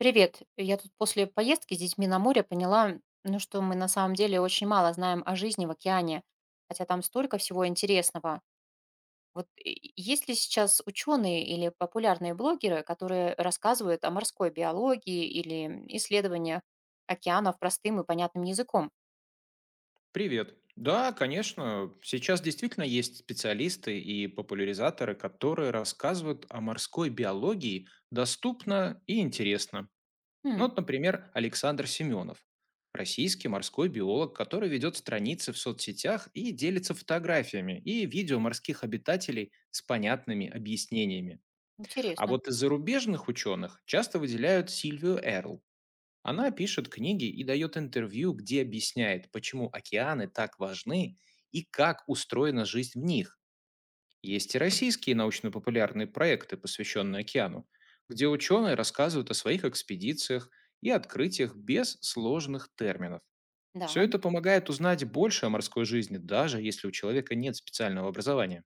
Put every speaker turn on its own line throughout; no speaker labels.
Привет. Я тут после поездки с детьми на море поняла, ну, что мы на самом деле очень мало знаем о жизни в океане, хотя там столько всего интересного. Есть ли сейчас ученые или популярные блогеры, которые рассказывают о морской биологии или исследованиях океанов простым и понятным языком?
Привет. Да, конечно, сейчас действительно есть специалисты и популяризаторы, которые рассказывают о морской биологии доступно и интересно.
Хм,
Ну, вот, например, Александр Семенов, российский морской биолог, который ведет страницы в соцсетях и делится фотографиями и видео морских обитателей с понятными объяснениями. А
интересно.
вот из зарубежных ученых часто выделяют Сильвию Эрл, она пишет книги и дает интервью, где объясняет, почему океаны так важны и как устроена жизнь в них. Есть и российские научно-популярные проекты, посвященные океану, где ученые рассказывают о своих экспедициях и открытиях без сложных терминов. Все
Да.
это помогает узнать больше о морской жизни, даже если у человека нет специального образования.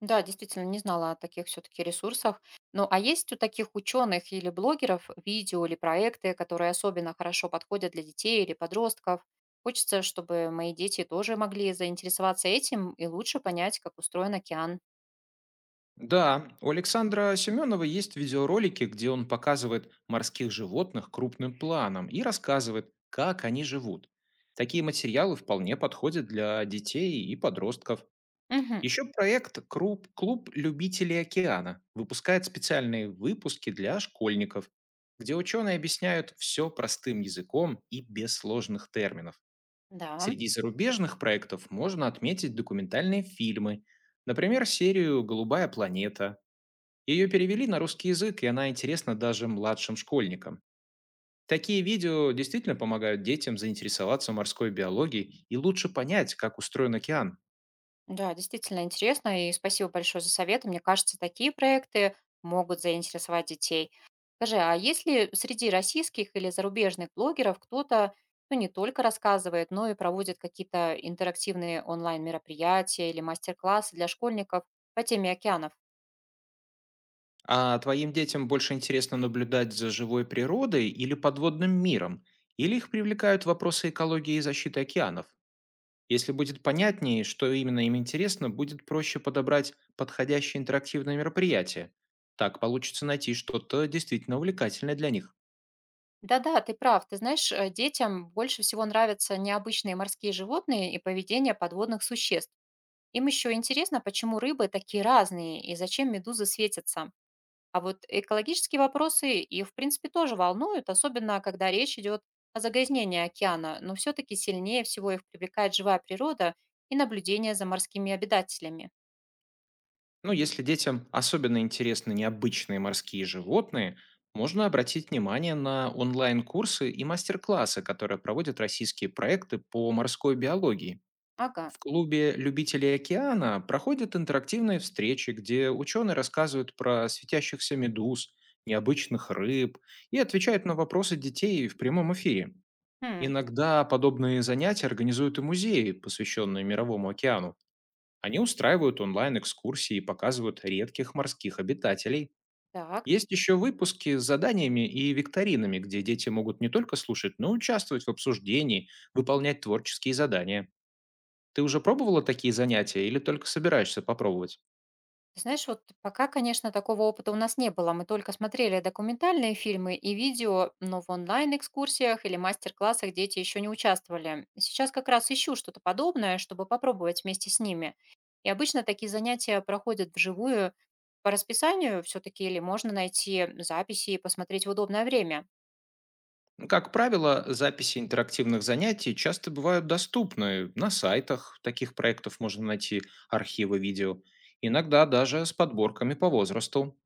Да, действительно, не знала о таких все-таки ресурсах. Ну, а есть у таких ученых или блогеров видео или проекты, которые особенно хорошо подходят для детей или подростков? Хочется, чтобы мои дети тоже могли заинтересоваться этим и лучше понять, как устроен океан.
Да, у Александра Семенова есть видеоролики, где он показывает морских животных крупным планом и рассказывает, как они живут. Такие материалы вполне подходят для детей и подростков.
Мгм.
Еще проект «Клуб любителей океана» выпускает специальные выпуски для школьников, где ученые объясняют все простым языком и без сложных терминов.
Да.
Среди зарубежных проектов можно отметить документальные фильмы, например, серию «Голубая планета», ее перевели на русский язык, и она интересна даже младшим школьникам. Такие видео действительно помогают детям заинтересоваться морской биологией и лучше понять, как устроен океан.
Да, действительно интересно, и спасибо большое за советы. Мне кажется, такие проекты могут заинтересовать детей. Скажи, а есть ли среди российских или зарубежных блогеров кто-то, ну, не только рассказывает, но и проводит какие-то интерактивные онлайн-мероприятия или мастер-классы для школьников по теме океанов?
А твоим детям больше интересно наблюдать за живой природой или подводным миром? Или их привлекают вопросы экологии и защиты океанов? Если будет понятнее, что именно им интересно, будет проще подобрать подходящее интерактивное мероприятие. Так получится найти что-то действительно увлекательное для них.
Да-да, ты прав. Ты знаешь, детям больше всего нравятся необычные морские животные и поведение подводных существ. Им еще интересно, почему рыбы такие разные и зачем медузы светятся. А вот экологические вопросы их, в принципе, тоже волнуют, особенно когда речь идет о загрязнении океана, но все-таки сильнее всего их привлекает живая природа и наблюдение за морскими обитателями.
Ну, если детям особенно интересны необычные морские животные, можно обратить внимание на онлайн-курсы и мастер-классы, которые проводят российские проекты по морской биологии.
Ага.
В клубе любителей океана проходят интерактивные встречи, где ученые рассказывают про светящихся медуз, необычных рыб и отвечают на вопросы детей в прямом эфире.
Хм,
Иногда подобные занятия организуют и музеи, посвященные Мировому океану. Они устраивают онлайн-экскурсии и показывают редких морских обитателей.
так.
Есть еще выпуски с заданиями и викторинами, где дети могут не только слушать, но и участвовать в обсуждении, выполнять творческие задания. Ты уже пробовала такие занятия или только собираешься попробовать?
Ты знаешь, вот пока, конечно, такого опыта у нас не было. Мы только смотрели документальные фильмы и видео, но в онлайн-экскурсиях или мастер-классах дети еще не участвовали. Сейчас как раз ищу что-то подобное, чтобы попробовать вместе с ними. И обычно такие занятия проходят вживую по расписанию все-таки, или можно найти записи и посмотреть в удобное время.
Как правило, записи интерактивных занятий часто бывают доступны на сайтах. Таких проектов можно найти архивы видео. Иногда даже с подборками по возрасту.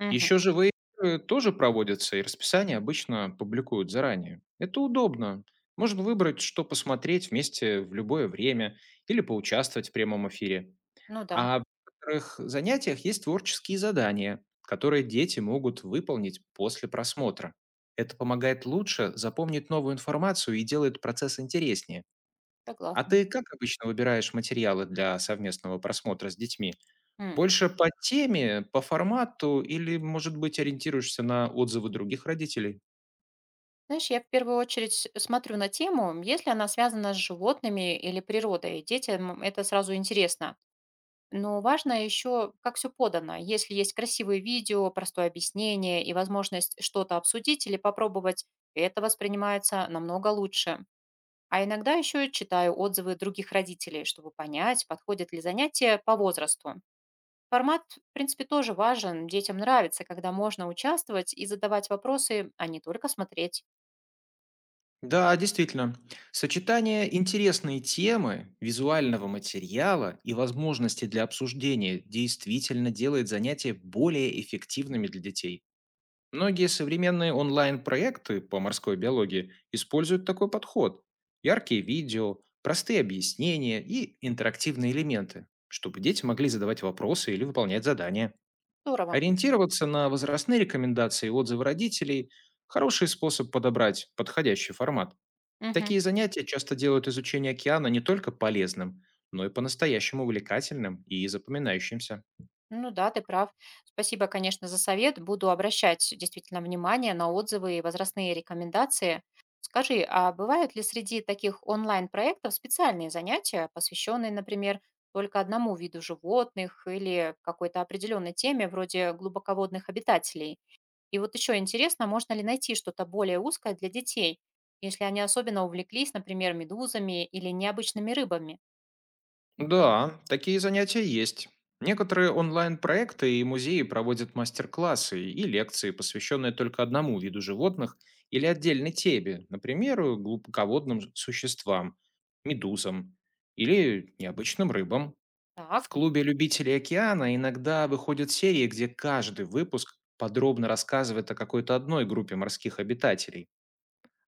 Мгм.
Еще живые игры тоже проводятся, и расписание обычно публикуют заранее. Это удобно. Можно выбрать, что посмотреть вместе в любое время или поучаствовать в прямом эфире.
Ну да,
А в некоторых занятиях есть творческие задания, которые дети могут выполнить после просмотра. Это помогает лучше запомнить новую информацию и делает процесс интереснее. А
согласна.
ты как обычно выбираешь материалы для совместного просмотра с детьми?
М.
Больше по теме, по формату или, может быть, ориентируешься на отзывы других родителей?
Знаешь, я в первую очередь смотрю на тему, если она связана с животными или природой. Детям это сразу интересно. Но важно еще, как все подано. Если есть красивые видео, простое объяснение и возможность что-то обсудить или попробовать, это воспринимается намного лучше. А иногда еще читаю отзывы других родителей, чтобы понять, подходят ли занятия по возрасту. Формат, в принципе, тоже важен. Детям нравится, когда можно участвовать и задавать вопросы, а не только смотреть.
Да, действительно. Сочетание интересной темы, визуального материала и возможности для обсуждения действительно делает занятия более эффективными для детей. Многие современные онлайн-проекты по морской биологии используют такой подход. Яркие видео, простые объяснения и интерактивные элементы, чтобы дети могли задавать вопросы или выполнять задания.
Здорово.
Ориентироваться на возрастные рекомендации и отзывы родителей – хороший способ подобрать подходящий формат.
Мгм.
Такие занятия часто делают изучение океана не только полезным, но и по-настоящему увлекательным и запоминающимся.
Ну да, ты прав. Спасибо, конечно, за совет. Буду обращать действительно внимание на отзывы и возрастные рекомендации. Скажи, а бывают ли среди таких онлайн-проектов специальные занятия, посвященные, например, только одному виду животных или какой-то определенной теме, вроде глубоководных обитателей? И вот еще интересно, можно ли найти что-то более узкое для детей, если они особенно увлеклись, например, медузами или необычными рыбами?
Да, такие занятия есть. Некоторые онлайн-проекты и музеи проводят мастер-классы и лекции, посвященные только одному виду животных или отдельной теме, например, глубоководным существам, медузам или необычным рыбам.
Так.
В клубе любителей океана иногда выходят серии, где каждый выпуск подробно рассказывает о какой-то одной группе морских обитателей.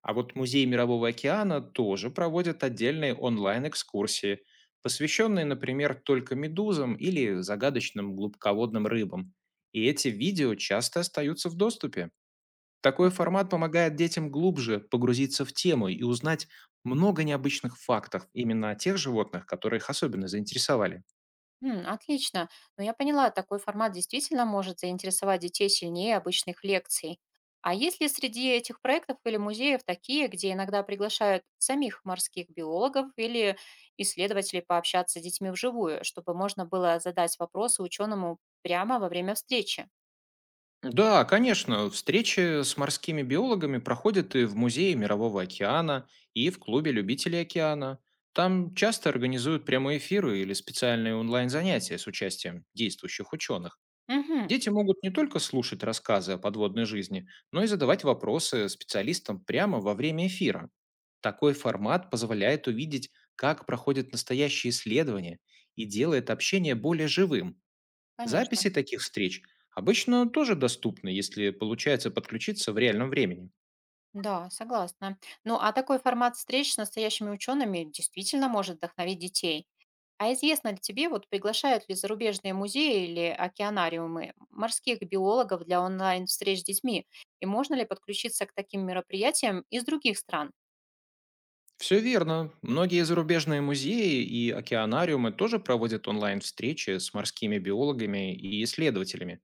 А вот Музей Мирового океана тоже проводит отдельные онлайн-экскурсии, посвященные, например, только медузам или загадочным глубоководным рыбам. И эти видео часто остаются в доступе. Такой формат помогает детям глубже погрузиться в тему и узнать много необычных фактов именно о тех животных, которые их особенно заинтересовали.
М, отлично. Но я поняла, такой формат действительно может заинтересовать детей сильнее обычных лекций. А есть ли среди этих проектов или музеев такие, где иногда приглашают самих морских биологов или исследователей пообщаться с детьми вживую, чтобы можно было задать вопросы ученому прямо во время встречи?
Да, конечно, встречи с морскими биологами проходят и в Музее Мирового океана, и в Клубе любителей океана. Там часто организуют прямые эфиры или специальные онлайн-занятия с участием действующих ученых.
Угу,
Дети могут не только слушать рассказы о подводной жизни, но и задавать вопросы специалистам прямо во время эфира. Такой формат позволяет увидеть, как проходят настоящие исследования и делает общение более живым.
конечно.
Записи таких встреч обычно тоже доступны, если получается подключиться в реальном времени.
Да, согласна. Ну, а такой формат встреч с настоящими учеными действительно может вдохновить детей. А известно ли тебе, вот приглашают ли зарубежные музеи или океанариумы морских биологов для онлайн-встреч с детьми? И можно ли подключиться к таким мероприятиям из других стран?
Все верно. Многие зарубежные музеи и океанариумы тоже проводят онлайн-встречи с морскими биологами и исследователями.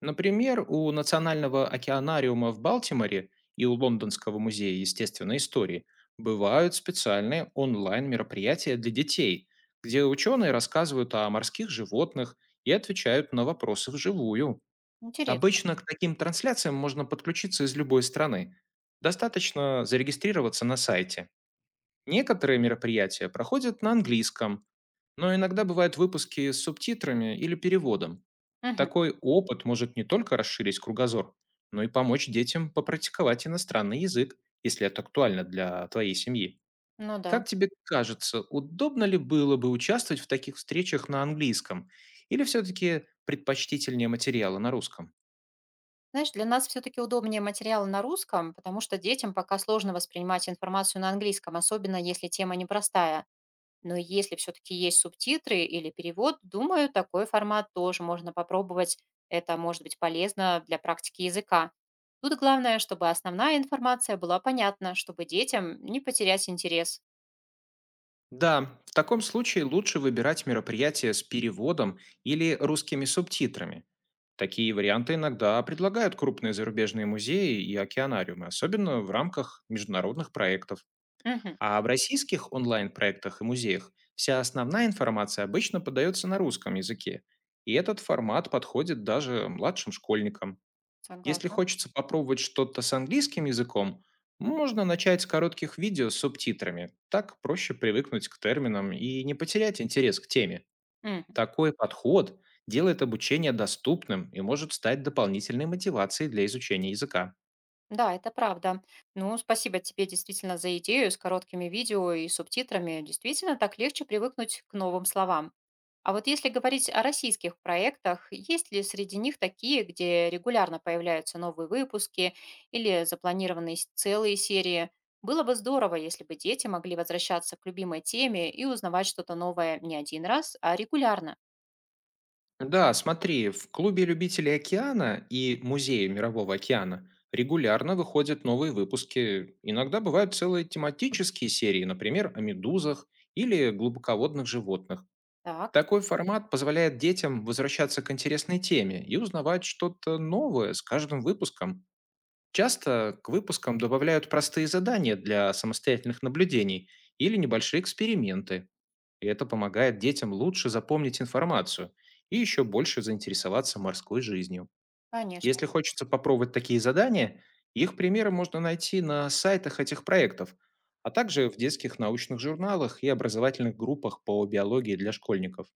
Например, у Национального океанариума в Балтиморе и у Лондонского музея естественной истории бывают специальные онлайн-мероприятия для детей, где ученые рассказывают о морских животных и отвечают на вопросы вживую.
Интересно.
Обычно к таким трансляциям можно подключиться из любой страны. Достаточно зарегистрироваться на сайте. Некоторые мероприятия проходят на английском, но иногда бывают выпуски с субтитрами или переводом.
Мгм.
Такой опыт может не только расширить кругозор, но и помочь детям попрактиковать иностранный язык, если это актуально для твоей семьи.
Ну да.
Как тебе кажется, удобно ли было бы участвовать в таких встречах на английском? Или все-таки предпочтительнее материалы на русском?
Знаешь, для нас все-таки удобнее материалы на русском, потому что детям пока сложно воспринимать информацию на английском, особенно если тема непростая. Но если все-таки есть субтитры или перевод, думаю, такой формат тоже можно попробовать. Это может быть полезно для практики языка. Тут главное, чтобы основная информация была понятна, чтобы детям не потерять интерес.
Да, в таком случае лучше выбирать мероприятия с переводом или русскими субтитрами. Такие варианты иногда предлагают крупные зарубежные музеи и океанариумы, особенно в рамках международных проектов.
Мгм,
А в российских онлайн-проектах и музеях вся основная информация обычно подается на русском языке, и этот формат подходит даже младшим школьникам. Если
согласна.
хочется попробовать что-то с английским языком, можно начать с коротких видео с субтитрами. Так проще привыкнуть к терминам и не потерять интерес к теме.
Мгм.
Такой подход делает обучение доступным и может стать дополнительной мотивацией для изучения языка.
Да, это правда. Ну, спасибо тебе действительно за идею с короткими видео и субтитрами. Действительно, так легче привыкнуть к новым словам. А вот если говорить о российских проектах, есть ли среди них такие, где регулярно появляются новые выпуски или запланированные целые серии? Было бы здорово, если бы дети могли возвращаться к любимой теме и узнавать что-то новое не один раз, а регулярно.
Да, смотри, в клубе любителей океана и музее Мирового океана регулярно выходят новые выпуски. Иногда бывают целые тематические серии, например, о медузах или глубоководных животных.
Так,
Такой формат позволяет детям возвращаться к интересной теме и узнавать что-то новое с каждым выпуском. Часто к выпускам добавляют простые задания для самостоятельных наблюдений или небольшие эксперименты. И это помогает детям лучше запомнить информацию и еще больше заинтересоваться морской жизнью.
конечно.
Если хочется попробовать такие задания, их примеры можно найти на сайтах этих проектов, а также в детских научных журналах и образовательных группах по биологии для школьников.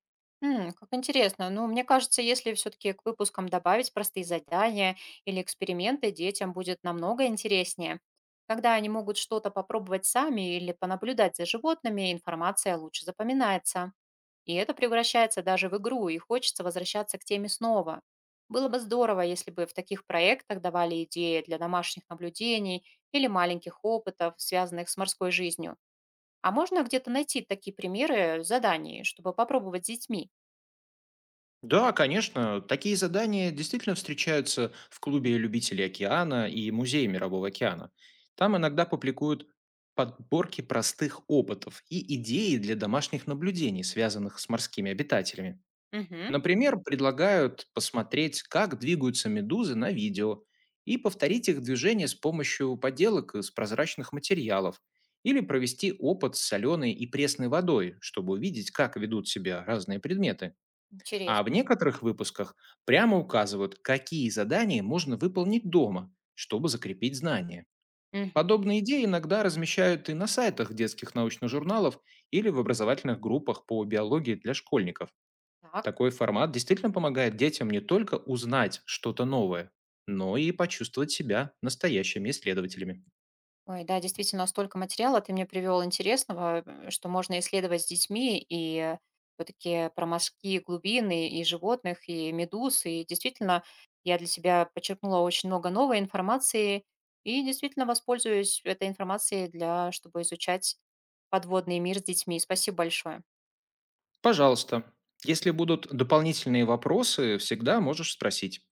М, как интересно. Ну, мне кажется, если все-таки к выпускам добавить простые задания или эксперименты, детям будет намного интереснее. Когда они могут что-то попробовать сами или понаблюдать за животными, информация лучше запоминается. И это превращается даже в игру, и хочется возвращаться к теме снова. Было бы здорово, если бы в таких проектах давали идеи для домашних наблюдений или маленьких опытов, связанных с морской жизнью. А можно где-то найти такие примеры заданий, чтобы попробовать с детьми?
Да, конечно. Такие задания действительно встречаются в клубе любителей океана и музее Мирового океана. Там иногда публикуют подборки простых опытов и идеи для домашних наблюдений, связанных с морскими обитателями.
Мгм.
Например, предлагают посмотреть, как двигаются медузы на видео и повторить их движение с помощью поделок из прозрачных материалов или провести опыт с соленой и пресной водой, чтобы увидеть, как ведут себя разные предметы. А в
Интересно.
некоторых выпусках прямо указывают, какие задания можно выполнить дома, чтобы закрепить знания.
Мгм.
Подобные идеи иногда размещают и на сайтах детских научных журналов или в образовательных группах по биологии для школьников.
Так.
Такой формат действительно помогает детям не только узнать что-то новое, но и почувствовать себя настоящими исследователями.
Ой, да, действительно, столько материала ты мне привел интересного, что можно исследовать с детьми, и все-таки про морские глубины, и животных, и медуз. И действительно, я для себя почерпнула очень много новой информации, и действительно воспользуюсь этой информацией для, чтобы изучать подводный мир с детьми. Спасибо большое.
Пожалуйста, если будут дополнительные вопросы, всегда можешь спросить.